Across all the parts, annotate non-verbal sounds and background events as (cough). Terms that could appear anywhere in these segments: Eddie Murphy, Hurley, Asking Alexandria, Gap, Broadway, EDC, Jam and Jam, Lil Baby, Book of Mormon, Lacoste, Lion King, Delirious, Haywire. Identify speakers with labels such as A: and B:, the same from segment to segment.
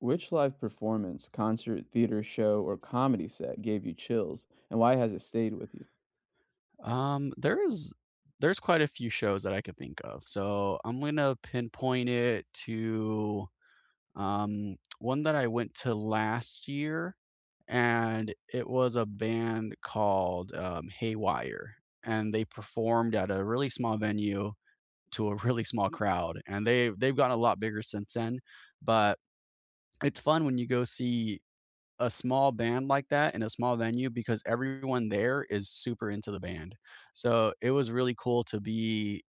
A: Which live performance, concert, theater show, or comedy set gave you chills, and why has it stayed with you?
B: Um, there's there's quite a few shows that I could think of. So I'm gonna pinpoint it to one that I went to last year, and it was a band called Haywire, and they performed at a really small venue to a really small crowd, and they've gotten a lot bigger since then. But it's fun when you go see a small band like that in a small venue because everyone there is super into the band. So it was really cool to be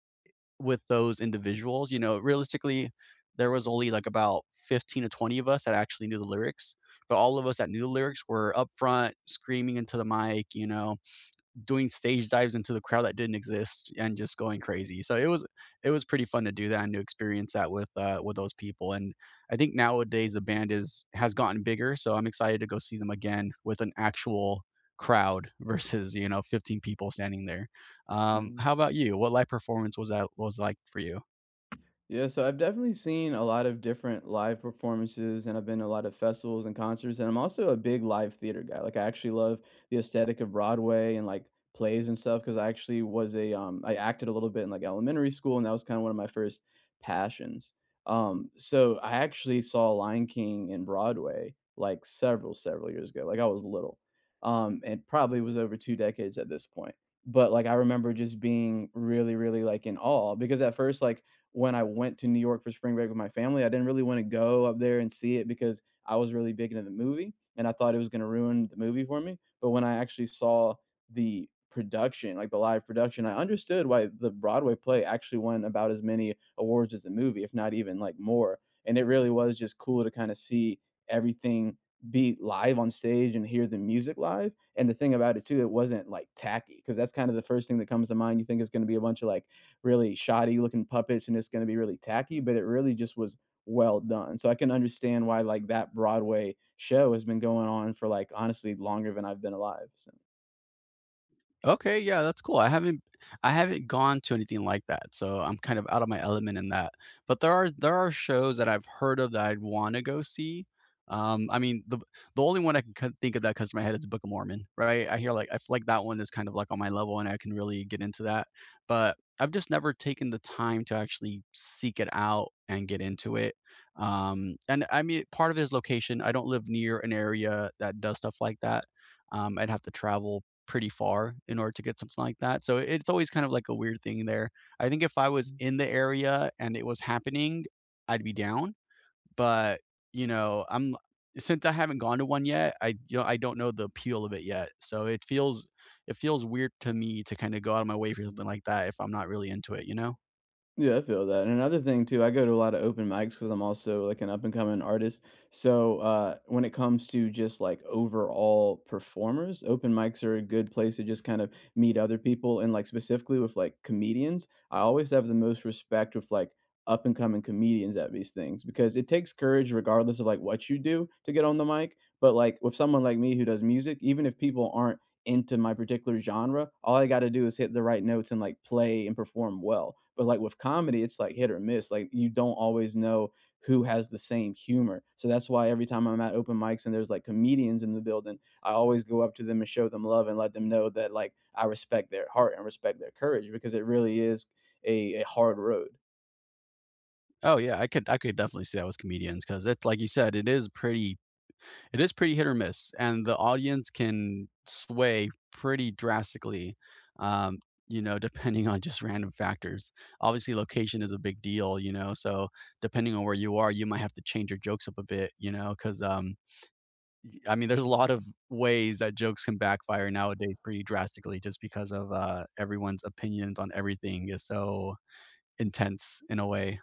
B: with those individuals. You know, realistically, there was only like about 15 to 20 of us that actually knew the lyrics, but all of us that knew the lyrics were up front screaming into the mic, you know, doing stage dives into the crowd that didn't exist and just going
A: Right.
B: crazy. So it was pretty fun to do that and to experience that with those people. And I think nowadays the band is has gotten bigger, so I'm excited to go see them again with an actual crowd (laughs) versus you know 15 people standing there.
A: Mhm.
B: How about you? What live performance was that was like for you?
A: Yeah, so I've definitely seen a lot of different live performances and I've been to a lot of festivals and concerts and I'm also a big live theater guy. Like I actually love the aesthetic of Broadway and like plays and stuff because I actually was a I acted a little bit in like elementary school, and that was kind of one of my first passions. So I actually saw Lion King in Broadway like several years ago. Like I was little. And probably was over 2 decades at this point. But like I remember just being really really like in awe because at first, like when I went to New York for spring break with my family, I didn't really want to go up there and see it because I was really big into the movie and I thought it was going to ruin the movie for me. But when I actually saw the production, like the live production, I understood why the Broadway play actually won about as many awards as the movie, if not even like more. And it really was just cool to kind of see everything be live on stage and hear the music live. And the thing about it too, it wasn't like tacky because that's kind of the first thing that comes to mind. You think it's going to be a bunch of like really shoddy looking puppets and it's going to be really tacky, but it really just was well done. So I can understand why like that Broadway show has been going on for like honestly longer than I've been alive. So
B: Okay, yeah, that's cool. I haven't gone to anything like that, so I'm kind of out of my element in that. But there are shows that I've heard of that I'd want to go see. I mean, the only one I can think of that comes to my head is Book of Mormon, right? I hear like I feel like that one is kind of like on my level, and I can really get into that. But I've just never taken the time to actually seek it out and get into it. And I mean, part of it is location. I don't live near an area that does stuff like that. I'd have to travel pretty far in order to get something like that. So it's always kind of like a weird thing there. I think if I was in the area and it was happening, I'd be down. But, you know, I'm since I haven't gone to one yet, I you know, I don't know the appeal of it yet. So it feels weird to me to kind of go out of my way for something like that if I'm not really into it, you know?
A: yeah, I feel that. And another thing too, I go to a lot of open mics because I'm also like an up and coming artist. So when it comes to just like overall performers, open mics are a good place to just kind of meet other people. And like specifically with like comedians, I always have the most respect with like up and coming comedians at these things because it takes courage regardless of like what you do to get on the mic. But like with someone like me who does music, even if people aren't into my particular genre, all I gotta do is hit the right notes and, like, play and perform well. But, like, with comedy, it's, like, hit or miss, like, you don't always know who has the same humor. So that's why every time I'm at open mics and there's, like, comedians in the building, I always go up to them and show them love and let them know that, like, I respect their heart and respect their courage because it really is a hard road.
B: Oh yeah, I could definitely see that with comedians because it's like you said, it is pretty hit or miss, and the audience can sway pretty drastically, um, you know, (laughs) depending on just random factors. Obviously, location is a big deal, you know, so depending on where you are, you might have to change your jokes up a bit, you know, because I mean, there's a lot of ways that jokes can backfire nowadays pretty drastically, just because of everyone's opinions on everything is so intense in a way.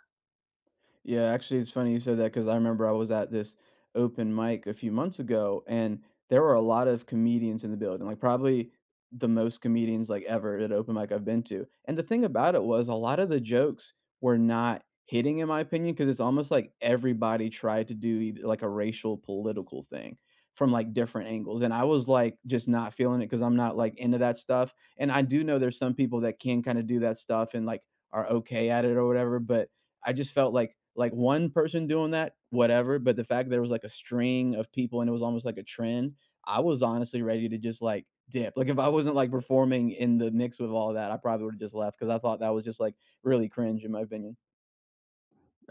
A: Yeah, actually, it's funny you said that because I remember I was at this open mic a few months ago, and there were a lot of comedians in the building, like probably the most comedians like ever at open mic I've been to. And the thing about it was a lot of the jokes were not hitting, in my opinion, because it's almost like everybody tried to do like a racial political thing from like different angles. And I was like just not feeling it because I'm not like into that stuff. And I do know there's some people that can kind of do that stuff and like are okay at it or whatever, but I just felt like one person doing that, whatever. But the fact there was like a string of people and it was almost like a trend, I was honestly ready to just like dip. Like if I wasn't like performing in the mix with all that, I probably would have just left because I thought that was just like really cringe in my opinion.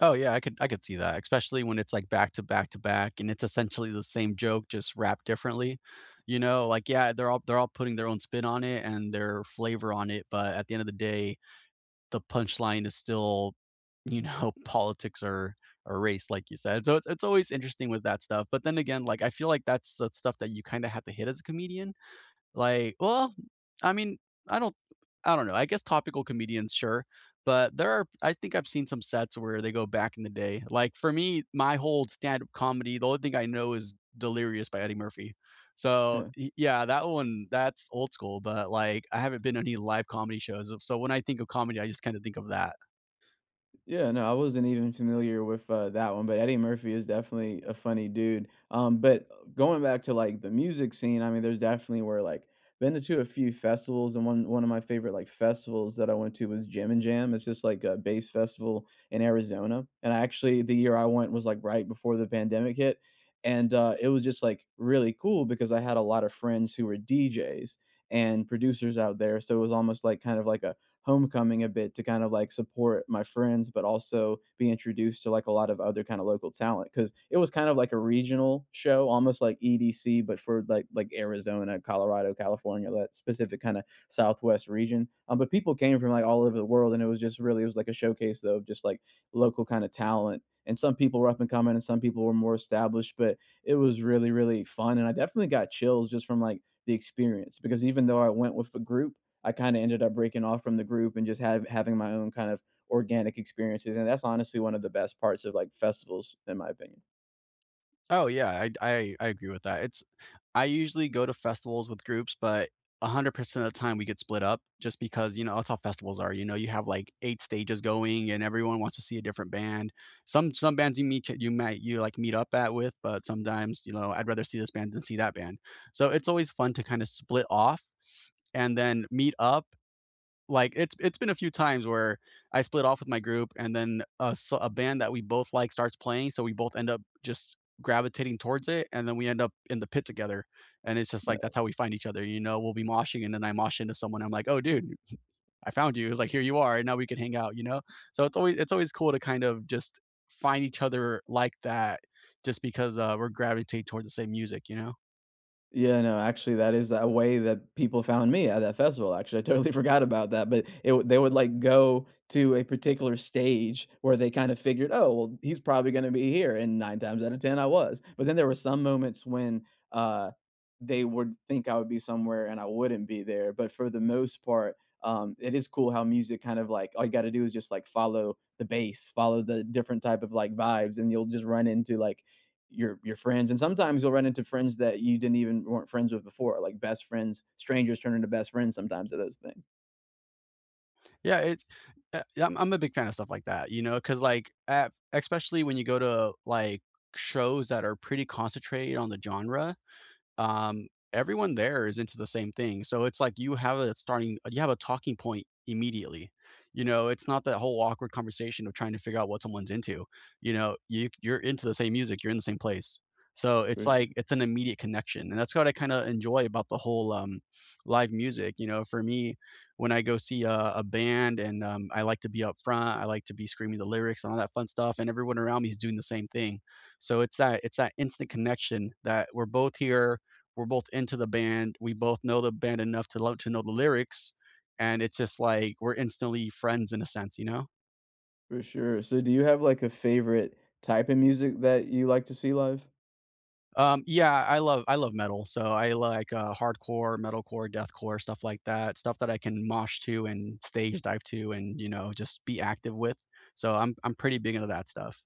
B: Oh, yeah, I could see that, especially when it's, like, back to back to back, and it's essentially the same joke, just wrapped differently, you know? Like, yeah, they're all putting their own spin on it and their flavor on it, but at the end of the day, the punchline is still, you know, (laughs) politics or race, like you said. So, it's always interesting with that stuff, but then again, like, I feel like that's the stuff that you kinda have to hit as a comedian like, well, I mean, I don't I don't know. I guess topical comedians, sure, but there are I think I've seen some sets where they go back in the day. Like, for me, my whole stand-up comedy, the only thing I know is "Delirious" by Eddie Murphy. So,
A: Yeah.
B: y yeah, that one, that's old school, but, like, I haven't been to any live comedy shows, so when I think of comedy, I just kinda think of that.
A: Yeah, no, I wasn't even familiar with that one, but Eddie Murphy is definitely a funny dude. But going back to like the music scene, I mean, there's definitely where like been to a few festivals, and one of my favorite like festivals that I went to was Jam and Jam. It's just like a bass festival in Arizona, and I actually the year I went was like right before the pandemic hit, and it was just like really cool because I had a lot of friends who were DJs and producers out there, so it was almost like kind of like a homecoming a bit to kind of like support my friends, but also be introduced to like a lot of other kind of local talent because it was kind of like a regional show, almost like EDC, but for like Arizona, Colorado, California, that specific kind of Southwest region. But people came from like all over the world, and it was just really it was like a showcase though of just like local kind of talent. And some people were up and coming, and some people were more established, but it was really really fun, and I definitely got chills just from like the experience because even though I went with a group, I kind of ended up breaking off from the group and just having my own kind of organic experiences. And that's honestly one of the best parts of like festivals, in my opinion.
B: Oh, yeah, I agree with that. It's I usually go to festivals with groups, but 100% of the time we get split up just because, you know, that's how festivals are, you know, you have, like, 8 stages going and everyone wants to see a different band. Some bands you meet you might you, like, meet up at with, but sometimes, you know, I'd rather see this band than see that band. So, it's always fun to kinda split off and then meet up like, it's been a few times where I split off with my group and then a band that we both like starts playing, so we both end up just gravitating towards it, and then we end up in the pit together, and it's just like that's how we find each other, you know? We'll be moshing, and then I mosh into someone, I'm like, "Oh, dude, I found you." Like, "Here you are, and now we can hang out," you know? So it's always cool to kind of just find each other like that just because, we're gravitating towards the same music, you know?
A: Yeah, no, actually, that is a way that people found me at that festival. Actually, I totally (laughs) forgot about that, but it would they would, like, go to a particular stage where they kinda figured, "Oh, well, he's probably gonna be here," and 9 times out of 10, I was, but then there were some moments when, uh, they would think I would be somewhere and I wouldn't be there, but for the most part, it is cool how music kind of, like all you gotta do is just, like, follow the bass, follow the different type of, like, vibes, and you'll just run into, like, your friends, and sometimes you'll run into friends that you didn't even weren't friends with before, like best friends, strangers turn into best friends sometimes of those things.
B: Yeah, it's yeah, I'm a big fan of stuff like that, you know, because like, at especially when you go to, like, shows that are pretty concentrated on the genre, um, everyone there is into the same thing. So it's like you have a starting, you have a talking point immediately. You know, it's not that whole awkward conversation of trying to figure out what someone's into. You know, you're into the same music, you're in the same place. So it's
A: For,
B: like it's an immediate connection, and that's what I kind of enjoy about the whole live music. You know, for me, when I go see a band, and I like to be up front, I like to be screaming the lyrics and all that fun stuff, and everyone around me is doing the same thing. So it's that instant connection that we're both here, we're both into the band. We both know the band enough to love to know the lyrics, and it's just like we're instantly friends in a sense, you know?
A: for sure. So, do you have like a favorite type of music that you like to see live?
B: Yeah, I love metal, so I like hardcore, metalcore, deathcore, stuff like that, stuff that I can mosh to and stage dive to, and you know, just be active with. So I'm pretty big into that stuff.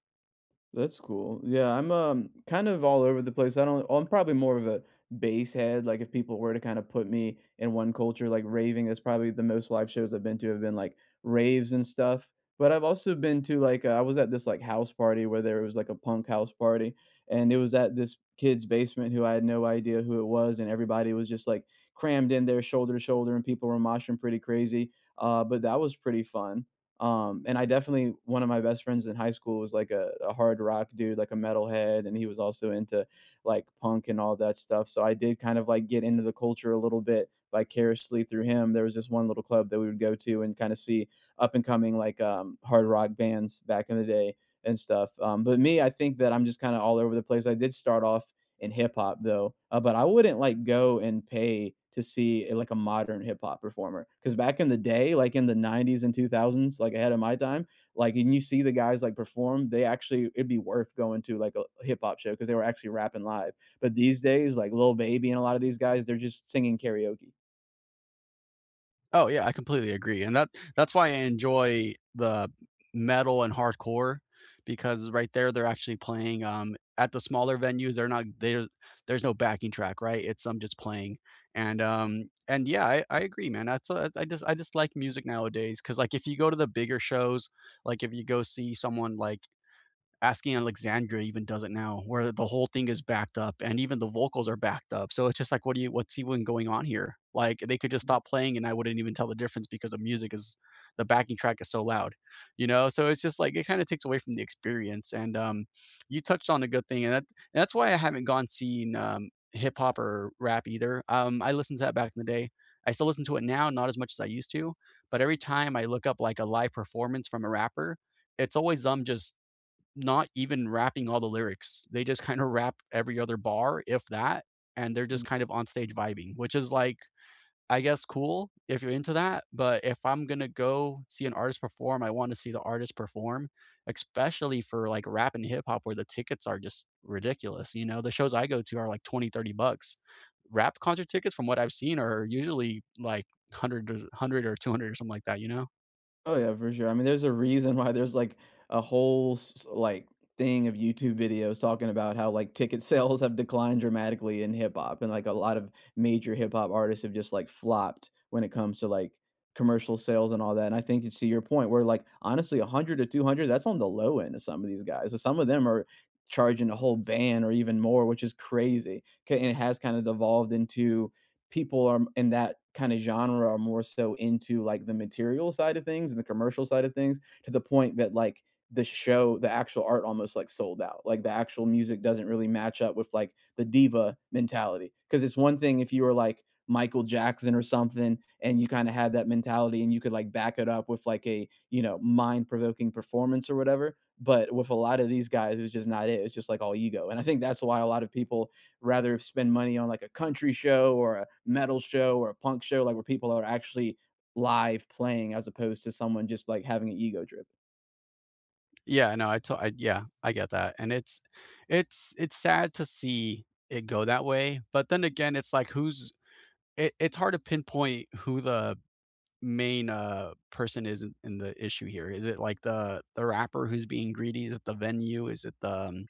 A: That's cool. Yeah, I'm kind of all over the place. I don't. I'm probably more of a bass head. Like if people were to kind of put me in one culture, like raving, that's probably the most live shows I've been to have been like raves and stuff. But I've also been to like I was at this like house party where there was like a punk house party, and it was at this kid's basement who I had no idea who it was, and everybody was just like crammed in there shoulder to shoulder, and people were moshing pretty crazy. But that was pretty fun. And I definitely one of my best friends in high school was like a hard rock dude, like a metalhead, and he was also into like punk and all that stuff. So I did kind of like get into the culture a little bit vicariously through him. There was this one little club that we would go to and kind of see up and coming like hard rock bands back in the day and stuff. But me, I think that I'm just kind of all over the place. I did start off in hip hop though. But I wouldn't like go and pay to see like a modern hip hop performer because back in the day, like in the '90s and 2000s, like ahead of my time, like and you see the guys like perform, they actually it'd be worth going to like a hip hop show because they were actually rapping live. But these days, like Lil Baby and a lot of these guys, they're just singing karaoke.
B: Oh yeah, I completely agree, and that's why I enjoy the metal and hardcore because right there they're actually playing, at the smaller venues, they're not there there's no backing track, right? It's them just playing, and yeah, I agree, man, that's I just like music nowadays because like, if you go to the bigger shows, like, if you go see someone like Asking Alexandria even does it now, where the whole thing is backed up and even the vocals are backed up. So it's just like, what do you, what's even going on here? Like they could just stop playing and I wouldn't even tell the difference because the music is, the backing track is so loud, you know? So it's just like, it kind of takes away from the experience. And you touched on a good thing. And that's why I haven't gone seen hip hop or rap either. I listened to that back in the day. I still listen to it now, not as much as I used to. But every time I look up like a live performance from a rapper, it's always them just not even rapping all the lyrics. They just kind of rap every other bar, if that, and they're just kind of on stage vibing, which is like, I guess cool if you're into that. But if I'm gonna go see an artist perform, I want to see the artist perform, especially for like rap and hip hop where the tickets are just ridiculous. You know, the shows I go to are like 20, $30. Rap concert tickets, from what I've seen, are usually like 100 or 100 or 200 or something like that, you know?
A: Oh, yeah, for sure. I mean, there's a reason why there's, like, a whole s like, thing of YouTube videos talking about how, like, ticket (laughs) sales have declined dramatically in hip hop, and, like, a lot of major hip hop artists have just, like, flopped when it comes to, like, commercial sales and all that, and I think it's to your point where, like, honestly, 100 to 200, that's on the low end of some of these guys, so some of them are charging a whole band or even more, which is crazy, 'kay, and it has kinda devolved into people are in that kind of genre are more so into like the material side of things and the commercial side of things to the point that like the show the actual art almost like sold out, like the actual music doesn't really match up with like the diva mentality because it's one thing if you were like Michael Jackson or something and you kind of had that mentality and you could like back it up with like a, you know, mind-provoking performance or whatever, but with a lot of these guys it's just not it, it's just like all ego, and I think that's why a lot of people rather spend money on like a country show or a metal show or a punk show, like where people are actually live playing as opposed to someone just like having an ego drip.
B: Yeah, no, I to I yeah, I get that, and it's sad to see it go that way, but then again, it's like who's it's hard to pinpoint who the main, person is in the issue here. Is it, like, the rapper who's being greedy? Is it the venue? Is it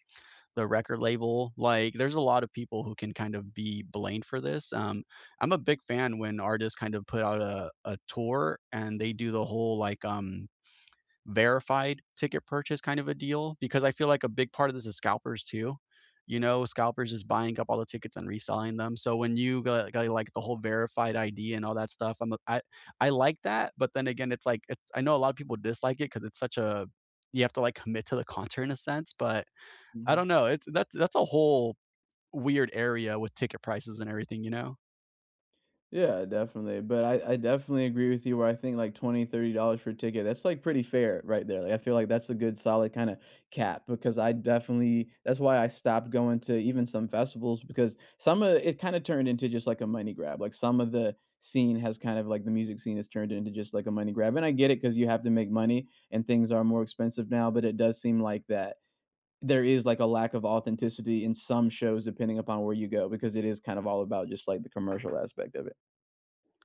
B: the record label? Like, there's a lot of people who can kind of be blamed for this, I'm a big fan when artists kind of put out a tour and they do the whole, like, verified ticket purchase kind of a deal because I feel like a big part of this is scalpers too. You know, scalpers is buying up all the tickets and reselling them. So when you go, go like the whole verified ID and all that stuff, I am I like that, but then again, it's like it's, I know a lot of people dislike it because it's such a you have to like commit to the concert in a sense. But I don't know. It's that's a whole weird area with ticket prices and everything. You know.
A: Yeah, definitely, but I definitely agree with you where I think, like, 20, $30 for a ticket, that's, like, pretty fair right there, like, I feel like that's a good solid kinda cap because I definitely that's why I stopped going to even some festivals because some of it kinda turned into just, like, a money grab, like, some of the scene has kind of like the music scene has turned into just, like, a money grab, and I get it because you have to make money and things are more expensive now, but it does seem like that there is, like, a lack of authenticity in some shows depending upon where you go because it is kind of all about just, like, the commercial aspect of it.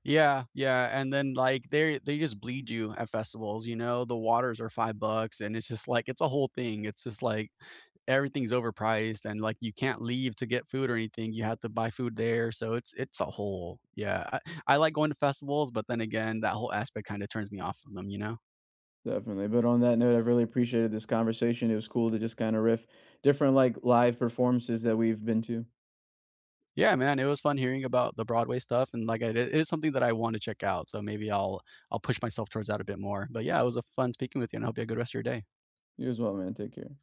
B: Yeah, yeah, and then, like, they just bleed you at festivals, you know, the waters are $5, and it's just like it's a whole thing, it's just like everything's overpriced and, like, you can't leave to get food or anything, you have to buy food there, so it's a whole yeah, I like going to festivals, but then again, that whole aspect kinda turns me off of them, you know?
A: Definitely. But on that note, I've really appreciated this conversation. It was cool to just kind of riff different like live performances that we've been to.
B: Yeah, man, it was fun hearing about the Broadway stuff, and, like, it is something that I want to check out, so maybe I'll push myself towards that a bit more, but yeah, it was a fun speaking with you, and I hope you have a good rest of your day.
A: You as well, man. Take care.